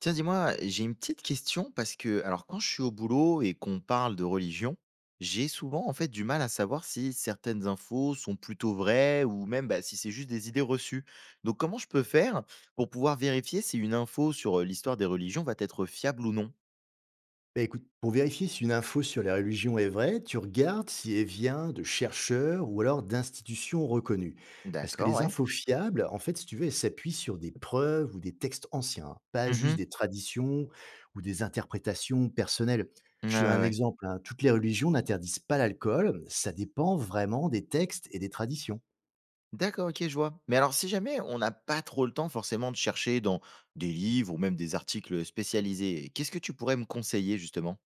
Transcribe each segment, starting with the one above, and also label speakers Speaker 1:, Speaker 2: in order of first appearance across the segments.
Speaker 1: Tiens, dis-moi, j'ai une petite question parce que, alors, quand je suis au boulot et qu'on parle de religion, j'ai souvent en fait du mal à savoir si certaines infos sont plutôt vraies ou même bah, si c'est juste des idées reçues. Donc, comment je peux faire pour pouvoir vérifier si une info sur l'histoire des religions va être fiable ou non.
Speaker 2: Bah, écoute, pour vérifier si une info sur les religions est vraie, tu regardes si elle vient de chercheurs ou alors d'institutions reconnues. Parce que
Speaker 1: D'accord,
Speaker 2: les
Speaker 1: ouais.
Speaker 2: infos fiables, en fait, si tu veux, elles s'appuient sur des preuves ou des textes anciens, hein, pas juste
Speaker 1: Mhm.
Speaker 2: des traditions ou des interprétations personnelles.
Speaker 1: Ouais, ouais,
Speaker 2: Je te donne un
Speaker 1: ouais.
Speaker 2: exemple, hein, toutes les religions n'interdisent pas l'alcool, ça dépend vraiment des textes et des traditions.
Speaker 1: D'accord, ok, je vois. Mais alors, si jamais on n'a pas trop le temps forcément de chercher dans des livres ou même des articles spécialisés, qu'est-ce que tu pourrais me conseiller justement?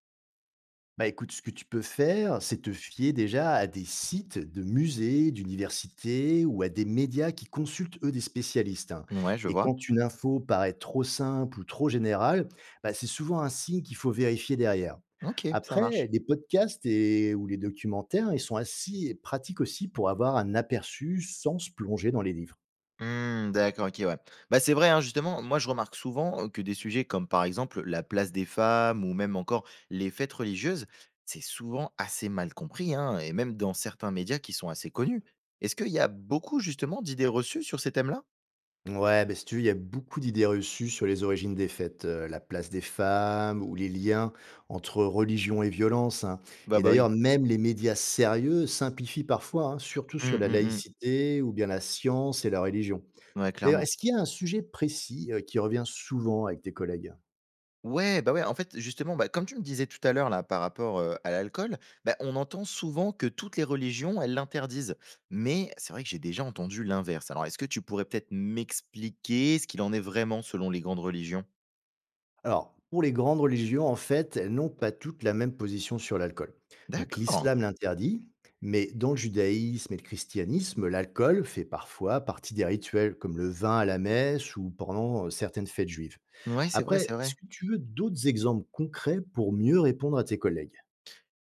Speaker 2: Bah écoute, ce que tu peux faire, c'est te fier déjà à des sites de musées, d'universités ou à des médias qui consultent eux des spécialistes, hein.
Speaker 1: Ouais, je
Speaker 2: Et
Speaker 1: vois.
Speaker 2: quand une info paraît trop simple ou trop générale, bah, c'est souvent un signe qu'il faut vérifier derrière.
Speaker 1: Ok, ça
Speaker 2: Après,
Speaker 1: marche.
Speaker 2: les podcasts et, ou les documentaires, ils sont assez pratiques aussi pour avoir un aperçu sans se plonger dans les livres.
Speaker 1: Mmh, d'accord, OK, ouais. Bah, c'est vrai, hein, justement, moi, je remarque souvent, que des sujets comme, par exemple, la place des femmes ou même encore les fêtes religieuses, c'est souvent assez mal compris, hein, et même dans certains médias qui sont assez connus. Est-ce qu'il y a beaucoup, justement, d'idées reçues sur ces thèmes-là?
Speaker 2: Ouais, ben, si tu veux, il y a beaucoup d'idées reçues sur les origines des fêtes, la place des femmes ou les liens entre religion et violence, hein.
Speaker 1: Bah
Speaker 2: Et
Speaker 1: bah, oui.
Speaker 2: d'ailleurs, même les médias sérieux simplifient parfois, hein, surtout sur
Speaker 1: Mmh,
Speaker 2: la
Speaker 1: mmh mh.
Speaker 2: laïcité ou bien la science et la religion.
Speaker 1: Ouais,
Speaker 2: D'ailleurs,
Speaker 1: clairement.
Speaker 2: est-ce qu'il y a un sujet précis qui revient souvent avec tes collègues?
Speaker 1: Ouais, bah, ouais, en fait, justement, bah, comme tu me disais tout à l'heure, là, par rapport, à l'alcool, bah, on entend souvent que toutes les religions, elles l'interdisent. Mais c'est vrai que j'ai déjà entendu l'inverse. Alors, est-ce que tu pourrais peut-être m'expliquer ce qu'il en est vraiment selon les grandes religions?
Speaker 2: Alors, pour les grandes religions, en fait, elles n'ont pas toutes la même position sur l'alcool. Donc,
Speaker 1: D'accord.
Speaker 2: l'islam l'interdit, mais dans le judaïsme et le christianisme, l'alcool fait parfois partie des rituels comme le vin à la messe ou pendant certaines fêtes juives.
Speaker 1: Ouais, c'est vrai,
Speaker 2: Après,
Speaker 1: c'est
Speaker 2: est-ce
Speaker 1: vrai.
Speaker 2: que tu veux d'autres exemples concrets pour mieux répondre à tes collègues?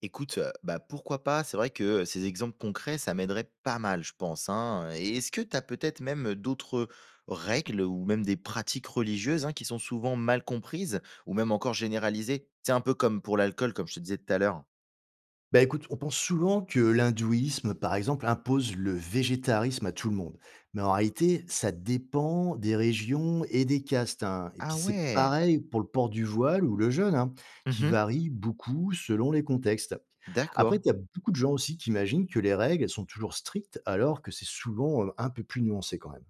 Speaker 1: Écoute, bah, pourquoi pas? C'est vrai que ces exemples concrets, ça m'aiderait pas mal, je pense, hein, et est-ce que tu as peut-être même d'autres règles ou même des pratiques religieuses, hein, qui sont souvent mal comprises ou même encore généralisées? C'est un peu comme pour l'alcool, comme je te disais tout à l'heure.
Speaker 2: Bah écoute, on pense souvent que l'hindouisme, par exemple, impose le végétarisme à tout le monde. Mais en réalité, ça dépend des régions et des castes, hein. Et puis
Speaker 1: Ah
Speaker 2: c'est
Speaker 1: ouais!
Speaker 2: pareil pour le port du voile ou le jeûne, hein, qui
Speaker 1: Mmh.
Speaker 2: varie beaucoup selon les contextes.
Speaker 1: D'accord.
Speaker 2: Après, tu as beaucoup de gens aussi qui imaginent que les règles elles sont toujours strictes, alors que c'est souvent un peu plus nuancé quand même.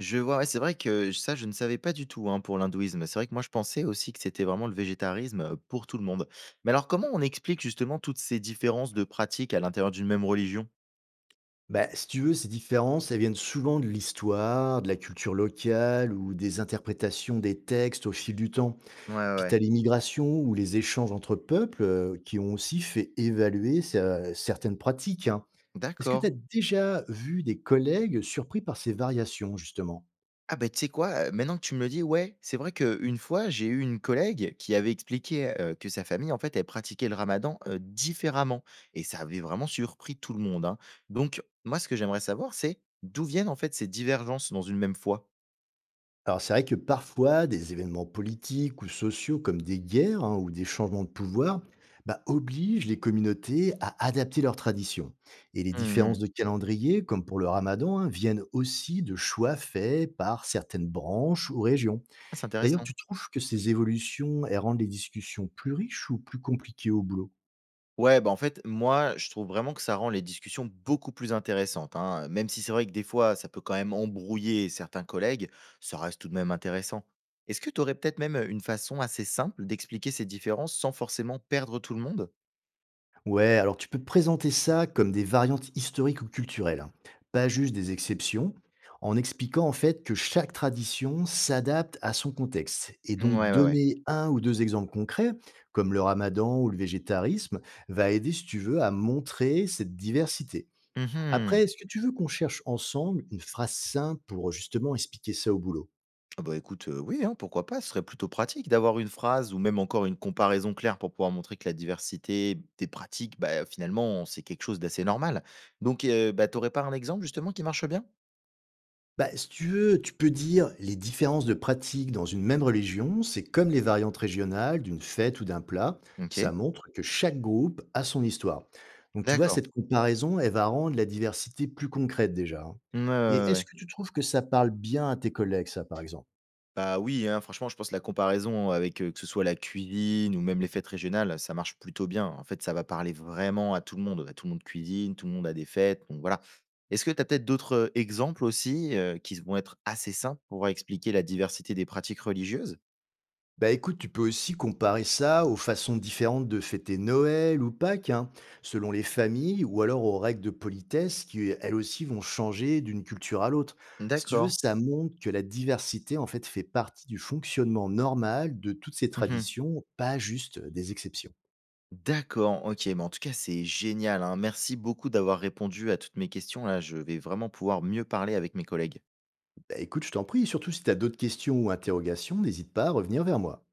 Speaker 1: Je vois, ouais, c'est vrai que ça, je ne savais pas du tout, hein, pour l'hindouisme. C'est vrai que moi, je pensais aussi que c'était vraiment le végétarisme, pour tout le monde. Mais alors comment on explique justement toutes ces différences de pratiques à l'intérieur d'une même religion?
Speaker 2: Bah, si tu veux, ces différences, elles viennent souvent de l'histoire, de la culture locale ou des interprétations des textes au fil du temps.
Speaker 1: Ouais, ouais,
Speaker 2: Puis tu
Speaker 1: ouais.
Speaker 2: as l'immigration ou les échanges entre peuples, qui ont aussi fait évaluer ce certaines pratiques, hein. Est-ce que tu as
Speaker 1: D'accord.
Speaker 2: déjà vu des collègues surpris par ces variations, justement?
Speaker 1: Ah ben tu sais quoi? Maintenant que tu me le dis, ouais, c'est vrai qu'une fois, j'ai eu une collègue qui avait expliqué, que sa famille, en fait, elle pratiquait le ramadan, différemment et ça avait vraiment surpris tout le monde, hein. Donc moi, ce que j'aimerais savoir, c'est d'où viennent, en fait, ces divergences dans une même foi?
Speaker 2: Alors c'est vrai que parfois des événements politiques ou sociaux comme des guerres, hein, ou des changements de pouvoir, bah, obligent les communautés à adapter leurs traditions. Et les différences
Speaker 1: Mmh.
Speaker 2: de calendrier, comme pour le ramadan, hein, viennent aussi de choix faits par certaines branches ou régions.
Speaker 1: Ah, c'est
Speaker 2: D'ailleurs,
Speaker 1: intéressant.
Speaker 2: tu trouves que ces évolutions, elles rendent les discussions plus riches ou plus compliquées au boulot?
Speaker 1: Ouais, bah, en fait, moi, je trouve vraiment que ça rend les discussions beaucoup plus intéressantes, hein. Même si c'est vrai que des fois, ça peut quand même embrouiller certains collègues, ça reste tout de même intéressant. Est-ce que tu aurais peut-être même une façon assez simple d'expliquer ces différences sans forcément perdre tout le monde?
Speaker 2: Ouais, alors tu peux présenter ça comme des variantes historiques ou culturelles, hein, pas juste des exceptions, en expliquant en fait que chaque tradition s'adapte à son contexte. Et donc
Speaker 1: Ouais, ouais, ouais.
Speaker 2: donner un ou deux exemples concrets, comme le ramadan ou le végétarisme, va aider, si tu veux, à montrer cette diversité.
Speaker 1: Mhm.
Speaker 2: Après, est-ce que tu veux qu'on cherche ensemble une phrase simple pour justement expliquer ça au boulot?
Speaker 1: Ah bah écoute, oui, hein, pourquoi pas, ce serait plutôt pratique d'avoir une phrase ou même encore une comparaison claire pour pouvoir montrer que la diversité des pratiques, bah, finalement, c'est quelque chose d'assez normal. Donc, bah, t'aurais pas un exemple justement qui marche bien?
Speaker 2: Bah, si tu veux, tu peux dire les différences de pratiques dans une même religion, c'est comme les variantes régionales d'une fête ou d'un plat.
Speaker 1: Ok,
Speaker 2: Ça montre que chaque groupe a son histoire. Donc, tu vois,
Speaker 1: d'accord.
Speaker 2: cette comparaison, elle va rendre la diversité plus concrète déjà, hein.
Speaker 1: Mmh, ouais,
Speaker 2: Et
Speaker 1: ouais,
Speaker 2: est-ce
Speaker 1: ouais.
Speaker 2: que tu trouves que ça parle bien à tes collègues, ça, par exemple?
Speaker 1: Bah, oui, hein, franchement, je pense que la comparaison avec, que ce soit la cuisine ou même les fêtes régionales, ça marche plutôt bien. En fait, ça va parler vraiment à tout le monde. À tout le monde cuisine, tout le monde a des fêtes, donc voilà. Est-ce que tu as peut-être d'autres, exemples aussi, qui vont être assez simples pour expliquer la diversité des pratiques religieuses?
Speaker 2: Bah écoute, tu peux aussi comparer ça aux façons différentes de fêter Noël ou Pâques, hein, selon les familles, ou alors aux règles de politesse qui, elles aussi, vont changer d'une culture à l'autre. Si tu veux,
Speaker 1: D'accord.
Speaker 2: ça montre que la diversité, en fait, fait partie du fonctionnement normal de toutes ces
Speaker 1: Mmh.
Speaker 2: traditions, pas juste des exceptions.
Speaker 1: D'accord, OK, mais en tout cas, c'est génial, hein. Merci beaucoup d'avoir répondu à toutes mes questions, là. Je vais vraiment pouvoir mieux parler avec mes collègues.
Speaker 2: Bah écoute, je t'en prie, surtout si tu as d'autres questions ou interrogations, n'hésite pas à revenir vers moi.